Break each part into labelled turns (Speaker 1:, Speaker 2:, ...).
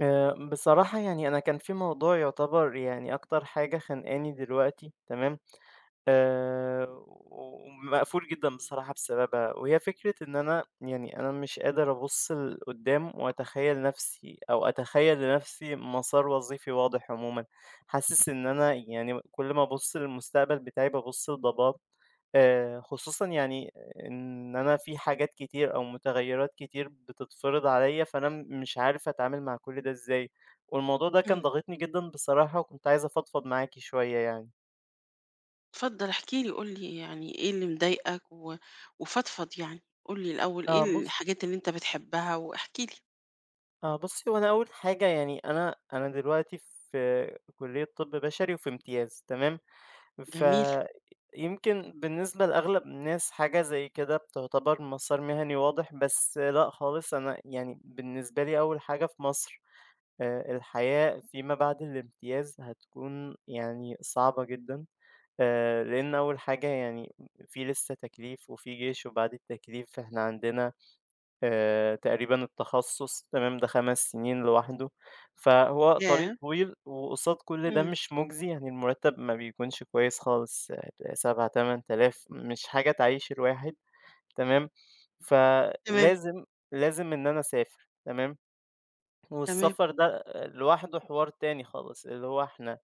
Speaker 1: بصراحة يعني أنا كان في موضوع يعتبر يعني أكتر حاجة خانقاني دلوقتي، تمام؟ آآ، ومقفول جدًا بصراحة بسببها، وهي فكرة إن أنا مش قادر أبُص لقدّام وأتخيّل نَفْسي أو أتخيّل لنَفْسي مسار وظيفي واضح عمومًا، حاسس إن أنا يعني كل ما أبُص للمستقبل بتاعي بابُص لضباب، خصوصًا يعني إن أنا في حاجات كتير أو متغيّرات كتير بتتفرض عليّا، فأنا مش عارف أتعامل مع كل ده إزاي، والموضوع ده كان
Speaker 2: إمم.
Speaker 1: ضاغطني جدًا بصراحة، وكنت عايز أفضفض معاكِ شوية يعني.
Speaker 2: اتفضل احكِ لي، قُل لي يعني إيه اللي مضايقك و وفضفض يعني، قُل لي الأول إيه
Speaker 1: آه، بُص
Speaker 2: الحاجات اللي أنت بتحبها واحكِ لي.
Speaker 1: بُصّي، هو أنا أول حاجة يعني أنا دلوقتي في كُلّية طِب بشري وفي امتياز تمام،
Speaker 2: جميل.
Speaker 1: فيمكن بالنسبة لأغلب الناس حاجة زي كده بتُعتبر مسار مهني واضح، بس لأ خالص، أنا يعني بالنسبة لي أول حاجة في مصر الحياة فيما بعد الامتياز هتكون يعني صعبة جدًا، لإن أول حاجة يعني في لسه تكليف وفي جيش، وبعد التكليف إحنا عندنا تقريبًا التخصُّص تمام، ده 5 سنين لوحده، فهو طريق
Speaker 2: ياه!
Speaker 1: طويل وقصاد كل ده
Speaker 2: إمم.
Speaker 1: مش مُجزي، يعني المُرتّب ما بيكونش كويس خالص، 7، 8,000 مش حاجة تعيّش الواحد تمام،
Speaker 2: تمام،
Speaker 1: فلازم لازم إن أنا أسافر تمام،
Speaker 2: تمام.
Speaker 1: والسفر ده لوحده حوار تاني خالص، اللي هو إحنا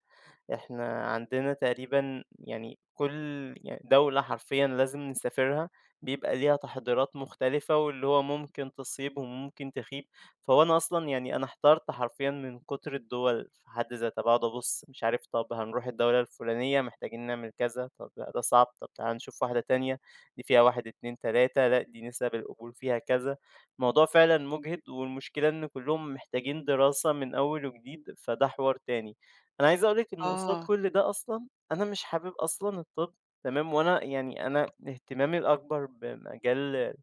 Speaker 1: إحنا عندنا تقريبًا يعني كل دولة حرفيًا لازم نسافرها بيبقى ليها تحضيرات مختلفة، واللي هو ممكن تصيب وممكن تخيب، فهو أنا أصلًا يعني أنا احترت حرفيًا من كتر الدول في حد ذاتها، باقعد أبُص مش عارف طب هنروح الدولة الفلانية محتاجين نعمل كذا، طب لأ ده صعب، طب تعالَ نشوف واحدة تانية دي فيها 1، 2، 3 لأ دي نسب القبول فيها كذا، الموضوع فعلًا مُجهِد، والمشكلة إن كلّهم محتاجين دراسة من أول وجديد، فده حوار تاني. أنا عايز أقول لِك إن قصاد
Speaker 2: آه.
Speaker 1: كل ده أصلًا، أنا مش حابب أصلًا الطب تمام، وأنا يعني أنا اهتمامي الأكبر بمجال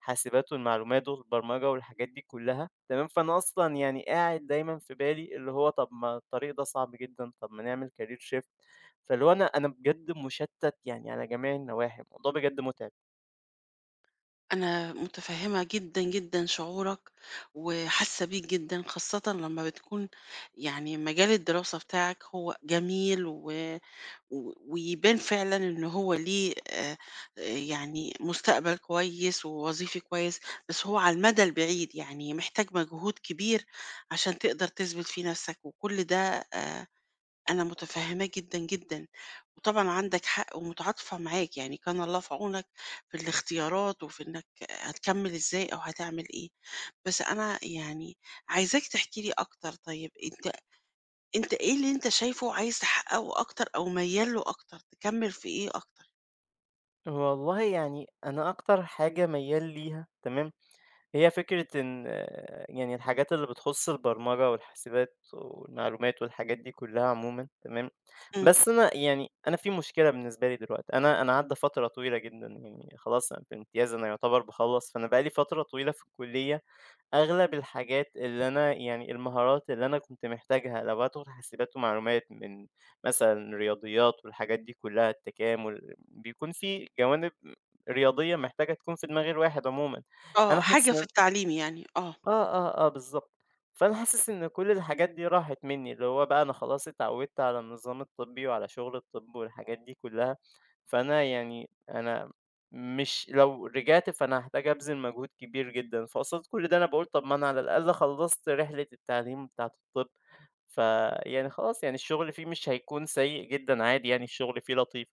Speaker 1: حاسبات والمعلومات والبرمجة والحاجات دي كلّها تمام، فأنا أصلًا يعني قاعد دايمًا في بالي اللي هو طب ما الطريق ده صعب جدًا، طب ما نعمل career shift فاللي هو أنا بجد مشتت يعني على جميع النواحي، الموضوع بجد متعب.
Speaker 2: أنا متفهّمة جدًا، جدًا شعورك وحاسة بيك جدًا، خاصةً لمّا بتكون يعني مجال الدراسة بتاعك هو جميل و و ويبان فعلًا إن هو ليه يعني مستقبل كويس ووظيفي كويس، بس هو على المدى البعيد، يعني محتاج مجهود كبير عشان تقدر تثبت فيه نَفْسك وكل ده آآ أنا مُتفهِّماه جدًا، جدًا. وطبعًا عندك حق ومتعاطفة معاك، يعني كان الله في عونك في الاختيارات وفي إنّك هتكمّل إزاي أو هتعمل إيه. بس أنا يعني عايزاك تحكي لي أكتر. طيب أنت إيه اللي أنت شايفه عايز تحققه أكتر أو ميّال له أكتر، تكمّل في إيه أكتر؟
Speaker 1: والله يعني أنا أكتر حاجة ميّال ليها تمام هي فكرة إن آه، يعني الحاجات اللي بتخُص البرمجة والحاسبات والمعلومات والحاجات دي كُلّها عمومًا تمام،
Speaker 2: إمم،
Speaker 1: بس أنا يعني أنا في مشكلة بالنسبة لي دلوقتي، أنا عدّى فترة طويلة جدًا يعني خلاص أنا في امتياز أنا يُعتبر باخلّص، فأنا بقى لي فترة طويلة في الكُلّية أغلب الحاجات اللي أنا يعني المهارات اللي أنا كنت محتاجها لو هادخل حاسبات ومعلومات من مثلًا رياضيات والحاجات دي كُلّها التكامل، بيكون في جوانب رياضية محتاجة تكون في دماغ الواحد عمومًا،
Speaker 2: آه،
Speaker 1: أنا
Speaker 2: حاجة
Speaker 1: حاسس
Speaker 2: في
Speaker 1: إن
Speaker 2: التعليم يعني، آه،
Speaker 1: آه، آه، آه، بالضبط. فأنا حاسس إن كل الحاجات دي راحت منّي، اللي هو بقى أنا خلاص اتعوّدت على النظام الطبّي وعلى شغل الطب والحاجات دي كلّها، فأنا يعني أنا مش لو رجعت فأنا هاحتاج أبذل مجهود كبير جدًا، فقصاد كل ده أنا باقول طب ما أنا على الأقل خلّصت رحلة التعليم بتاعة الطب، فيعني خلاص يعني الشغل فيه مش هيكون سيء جدًا عادي يعني الشغل فيه لطيف.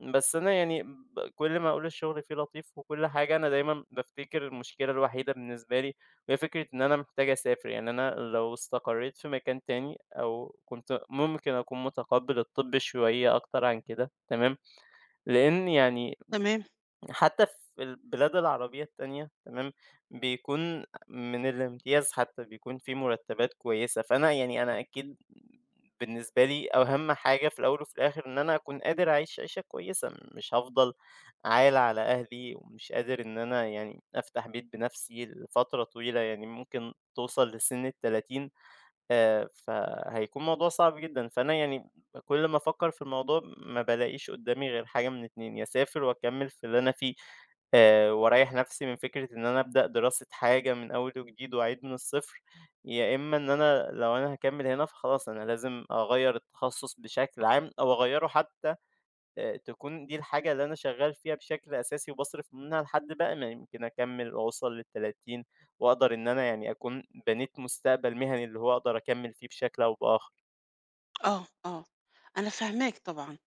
Speaker 1: بس أنا يعني كل ما أقول الشغل فيه لطيف وكل حاجة، أنا دايمًا بافتكر المشكلة الوحيدة بالنسبة لي هي فكرة إن أنا محتاج أسافر، يعني أنا لو استقريت في مكان تاني أو كنت ممكن أكون متقبّل الطِب شوية أكتر عن كده، تمام، لإن يعني
Speaker 2: تمام،
Speaker 1: حتى في البلاد العربية التانية تمام، بيكون من الامتياز حتى بيكون في مرتبات كويسة، فأنا يعني أنا أكيد بالنسبة لي أهم حاجة في الأول وفي الآخر إن أنا أكون قادر أعيش عيشة كويسة، مش هافضل عايل على أهلي ومش قادر إن أنا يعني أفتح بيت بنفسي لفترة طويلة، يعني ممكن توصل لسن ال30 فهيكون موضوع صعب جدًا، فأنا يعني كل ما أفكر في الموضوع ما بالاقيش قدامي غير حاجة من 2، يا أسافر وأكمل في اللي أنا فيه وأريّح نفسي من فكرة إن أنا أبدأ دراسة حاجة من أول وجديد وأعيد من الصفر، يا إما إن أنا لو أنا هاكمّل هنا فخلاص أنا لازم أغيّر التخصُّص بشكل عام أو أغيّره حتى تكون دي الحاجة اللي أنا شغّال فيها بشكل أساسي وباصرف منها لحد بقى ما يمكن أكمّل وأوصل لل30 وأقدر إن أنا يعني أكون بنيت مستقبل مهني اللي هو أقدر أكمّل فيه بشكل أو بآخر.
Speaker 2: آه، آه، أنا فاهماك طبعًا،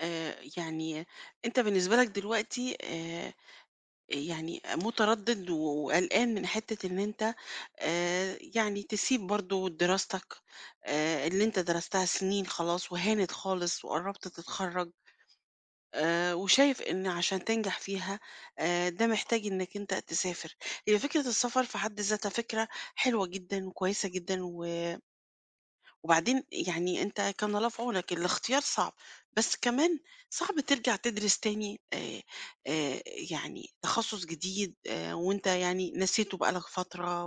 Speaker 2: يعني أنت بالنسبة لك دلوقتي، يعني متردد و وقلقان من حتة إن أنت، يعني تسيب برضه دراستك، اللي أنت درستها سنين خلاص وهانت خالص وقرّبت تتخرّج. وشايف إن عشان تنجح فيها، ده محتاج إنك أنت تسافر، هي فكرة السفر في حد ذاتها فكرة حلوة جدًا وكويسة جدًا، و وبعدين يعني أنت كان الله في عونك، الاختيار صعب، بس كمان صعب ترجع تدرس تاني، يعني تخصُّص جديد، وأنت يعني نسيته بقى لك فترة،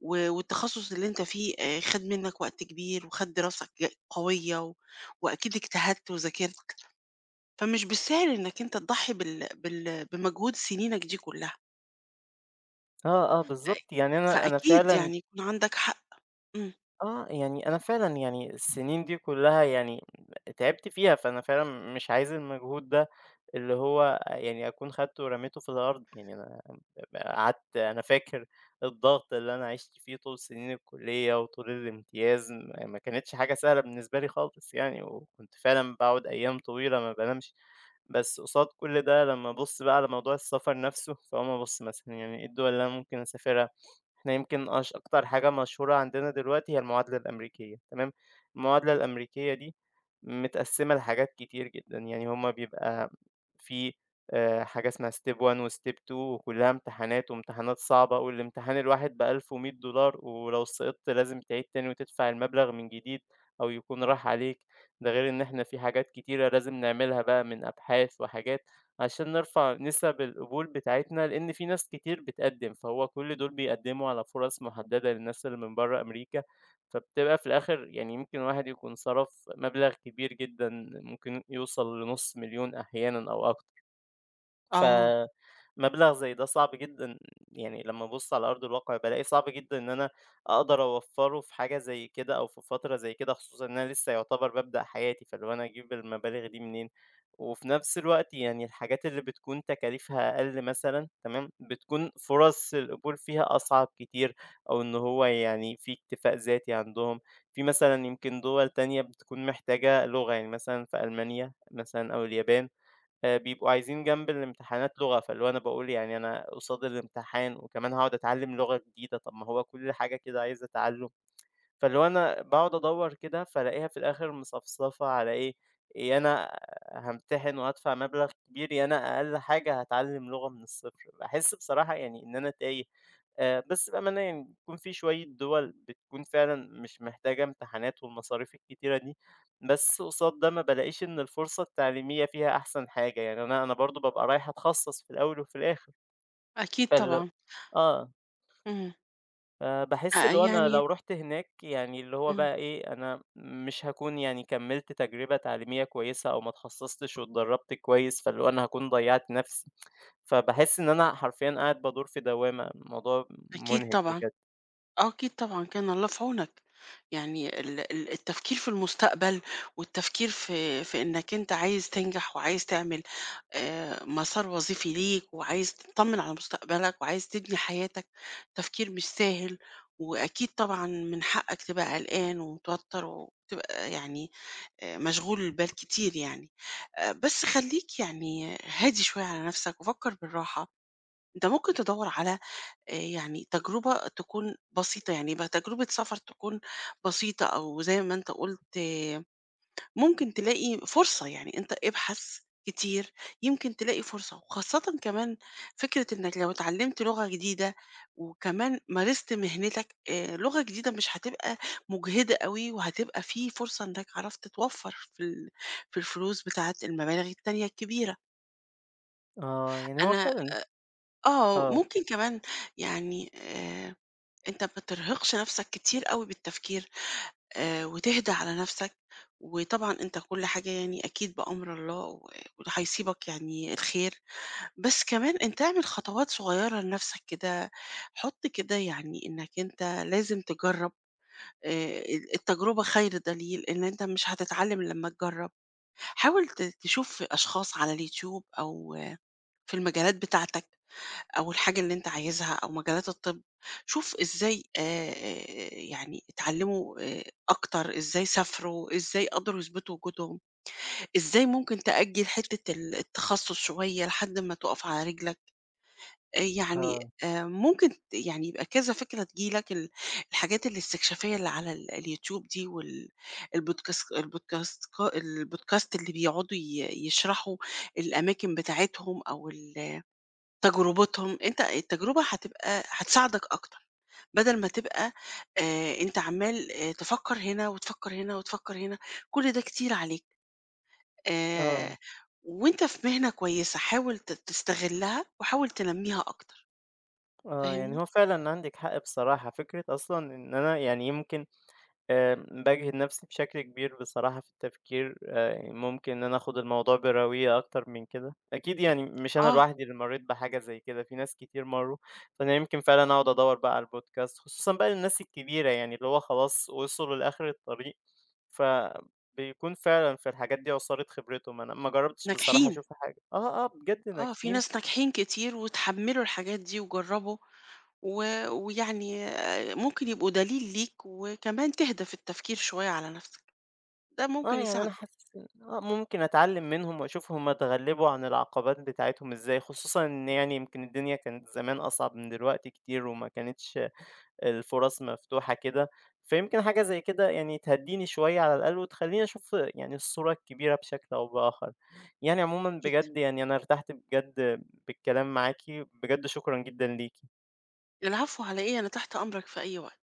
Speaker 2: والتخصُّص اللي أنت فيه، خَد منك وقت كبير وخَد دراستك قوية، وأكيد اجتهدت وذاكرت. فمش بالسهل إنك أنت تضحي بال بال بمجهود سنينك دي كلها.
Speaker 1: آه، آه
Speaker 2: أيوه.
Speaker 1: بالضبط، يعني أنا
Speaker 2: فأكيد
Speaker 1: فعلًا
Speaker 2: يعني يكون عندك حق. إمم.
Speaker 1: آه، يعني أنا فعلًا يعني السنين دي كلّها يعني تعبت فيها، فأنا فعلًا مش عايز المجهود ده اللي هو يعني أكون خدته ورميته في الأرض، يعني أنا قعدت أنا فاكر الضغط اللي أنا عِشت فيه طول سنين الكلية وطول الامتياز، ما كانتش حاجة سهلة بالنسبة لي خالص يعني، وكنت فعلًا باقعد أيام طويلة ما بانامش، بس قصاد كل ده لمّا أبُص بقى على موضوع السفر نفسه، فاقوم أبُص مثلًا يعني إيه الدول اللي أنا ممكن أسافرها؟ إحنا يمكن أكتر حاجة مشهورة عندنا دلوقتي هي المعادلة الأمريكية تمام، المعادلة الأمريكية دي متقسّمة لحاجات كتير جدًا، يعني هُم بيبقى في حاجة اسمها step one وstep two وكلّها امتحانات وامتحانات صعبة، والامتحان الواحد ب1100 دولار ولو سقطت لازم تعيد تاني وتدفع المبلغ من جديد أو يكون راح عليك، ده غير إن إحنا في حاجات كتيرة لازم نعملها بقى من أبحاث وحاجات. عشان نرفع نسب القبول بتاعتنا، لإن في ناس كتير بتقدّم، فهو كل دول بيقدّموا على فرص محددة للناس اللي من برّه أمريكا، فبتبقى في الآخر يعني يمكن الواحد يكون صرف مبلغ كبير جدًا، ممكن يوصل لنُص مليون أحيانًا أو أكتر.
Speaker 2: آه،
Speaker 1: فمبلغ زي ده صعب جدًا يعني لمّا أبُص على أرض الواقع بالاقي صعب جدًا إن أنا أقدر أوفّره في حاجة زي كده أو في فترة زي كده، خصوصًا إن أنا لسه يعتبر بابدأ حياتي، فاللي هو أنا أجيب المبالغ دي منين؟ وفي نفس الوقت يعني الحاجات اللي بتكون تكاليفها أقل مثلًا تمام، بتكون فرص القبول فيها أصعب كتير أو إن هو يعني في اكتفاء ذاتي عندهم. في مثلًا يمكن دول تانية بتكون محتاجة لغة، يعني مثلًا في ألمانيا مثلًا أو اليابان بيبقوا عايزين جنب الامتحانات لغة، فاللي هو أنا باقول يعني أنا قصاد الامتحان وكمان هاقعد أتعلّم لغة جديدة، طب ما هو كل حاجة كده عايزة تعلُّم. فاللي هو أنا باقعد أدوّر كده، فالاقيها في الآخر مصفصفة على إيه، يا أنا هامتحن وهادفع مبلغ كبير، يا أنا أقل حاجة هاتعلّم لغة من الصفر. باحس بصراحة يعني إن أنا تايه. بس بأمانة يعني بيكون في شوية دُوَل بتكون فعلًا مش محتاجة امتحانات والمصاريف الكتيرة دي، بس قصاد ده ما بالاقيش إن الفرصة التعليمية فيها أحسن حاجة، يعني أنا برضه بابقى رايح أتخصص في الأول وفي الآخر،
Speaker 2: أكيد
Speaker 1: فال
Speaker 2: طبعًا.
Speaker 1: آه.
Speaker 2: إمم.
Speaker 1: باحس اللي هو أنا
Speaker 2: يعني
Speaker 1: لو رُحت هناك يعني اللي هو
Speaker 2: إمم،
Speaker 1: بقى إيه، أنا مش هاكون يعني كمّلت تجربة تعليمية كويسة أو ما اتخصصتش واتدرّبت كويس، فاللي هو أنا هاكون ضيّعت نَفْسي، فباحس إن أنا حرفيًا قاعد بادور في دوّامة، الموضوع
Speaker 2: أكيد
Speaker 1: مُنهِك
Speaker 2: طبعًا.
Speaker 1: بجد.
Speaker 2: آه، أكيد طبعًا كان الله في عونك، يعني ال ال التفكير في المستقبل والتفكير في إنك أنت عايز تنجح وعايز تعمل، مسار وظيفي ليك وعايز تطمن على مستقبلك وعايز تبني حياتك، تفكير مش سهل، وأكيد طبعًا من حقك تبقى قلقان ومتوتر وتبقى يعني، مشغول البال كتير يعني، بس خلّيك يعني هادي شوية على نفسك وفكر بالراحة، أنت ممكن تدوّر على، يعني تجربة تكون بسيطة، يعني يبقى تجربة سفر تكون بسيطة أو زي ما أنت قُلت آه، ممكن تلاقي فرصة، يعني أنت ابحث كتير يمكن تلاقي فرصة، وخاصةً كمان فكرة إنك لو اتعلمت لغة جديدة وكمان مارست مهنتك، لغة جديدة مش هتبقى مُجهدة أوي، وهتبقى في فرصة إنك عرفت توفّر في الفلوس بتاعة المبالغ التانية الكبيرة.
Speaker 1: آه، يعني هو
Speaker 2: أنا
Speaker 1: فعلًا
Speaker 2: آه،
Speaker 1: آه،
Speaker 2: ممكن كمان يعني، أنت ما بترهقش نفسك كتير أوي بالتفكير، وتهدى على نفسك، وطبعًا أنت كل حاجة يعني أكيد بأمر الله وهيصيبك يعني الخير، بس كمان أنت اعمل خطوات صغيرة لنفسك كده، حُط كده يعني إنك أنت لازم تجرّب، ال التجربة خير دليل، إن أنت مش هتتعلم إلا لمّا تجرّب، حاول تشوف أشخاص على اليوتيوب أو آه، في المجالات بتاعتك أو الحاجة اللي أنت عايزها أو مجالات الطب، شوف إزاي، يعني اتعلموا أكتر، إزاي سافروا، إزاي قدروا يثبتوا وجودهم، إزاي ممكن تأجل حتة التخصص شوية لحد ما تُقف على رجلك، يعني
Speaker 1: آه،
Speaker 2: ممكن يعني يبقى كذا فكرة تيجي لك الحاجات الاستكشافية اللي على اليوتيوب دي وال البودكاس البودكاست البودكاست اللي بيقعدوا يشرحوا الأماكن بتاعتهم أو تجربتهم. أنت التجربة هتبقى هتساعدك أكتر، بدل ما تبقى، أنت عمّال، تفكّر هنا وتفكّر هنا وتفكّر هنا، كل ده كتير عليك،
Speaker 1: آه،
Speaker 2: آآ وأنت في مهنة كويسة، حاول تستغلّها وحاول تنمّيها أكتر،
Speaker 1: آه، يعني
Speaker 2: فاهمني؟
Speaker 1: هو فعلًا عندِك حق بصراحة، فكرة أصلًا إن أنا يعني يمكن باجهد نفسي بشكل كبير بصراحة في التفكير، ممكن إن أنا آخد الموضوع بروية أكتر من كده، أكيد يعني مش أنا
Speaker 2: آه،
Speaker 1: لوحدي اللي مرّيت بحاجة زي كده، في ناس كتير مرّوا، فأنا يمكن فعلًا أقعد أدوّر بقى على البودكاست، خصوصًا بقى للناس الكبيرة يعني اللي هو خلاص وصلوا لآخر الطريق، فبيكون فعلًا في الحاجات دي عُصارة خبرتهم، أنا ما جربتش بصراحة
Speaker 2: ناجحين،
Speaker 1: أشوف حاجة آه، آه، بجد
Speaker 2: آه، في
Speaker 1: ناجحين
Speaker 2: ناس ناجحين كتير واتحمّلوا الحاجات دي وجرّبوا و ويعني، ممكن يبقوا دليل ليك وكمان تهدى في التفكير شوية على نَفْسك، ده
Speaker 1: آه،
Speaker 2: ممكن
Speaker 1: يعني أنا
Speaker 2: يساعدك
Speaker 1: حاسس إن آه، ممكن أتعلّم منهم وأشوف هم اتغلّبوا عن العقبات بتاعتهم إزاي، خصوصًا إن يعني يمكن الدنيا كانت زمان أصعب من دلوقتي كتير وما كانتش الفُرَص مفتوحة كده، فيمكن حاجة زي كده يعني تهدّيني شوية على الأقل وتخلّيني أشوف يعني الصورة الكبيرة بشكل أو بآخر. يعني عمومًا
Speaker 2: أكيد.
Speaker 1: بجد يعني أنا ارتحت بجد بالكلام معاكِ، بجد شكرًا جدًا ليكِ.
Speaker 2: العفو على إيه؟ أنا تحت أمرك في أي وقت.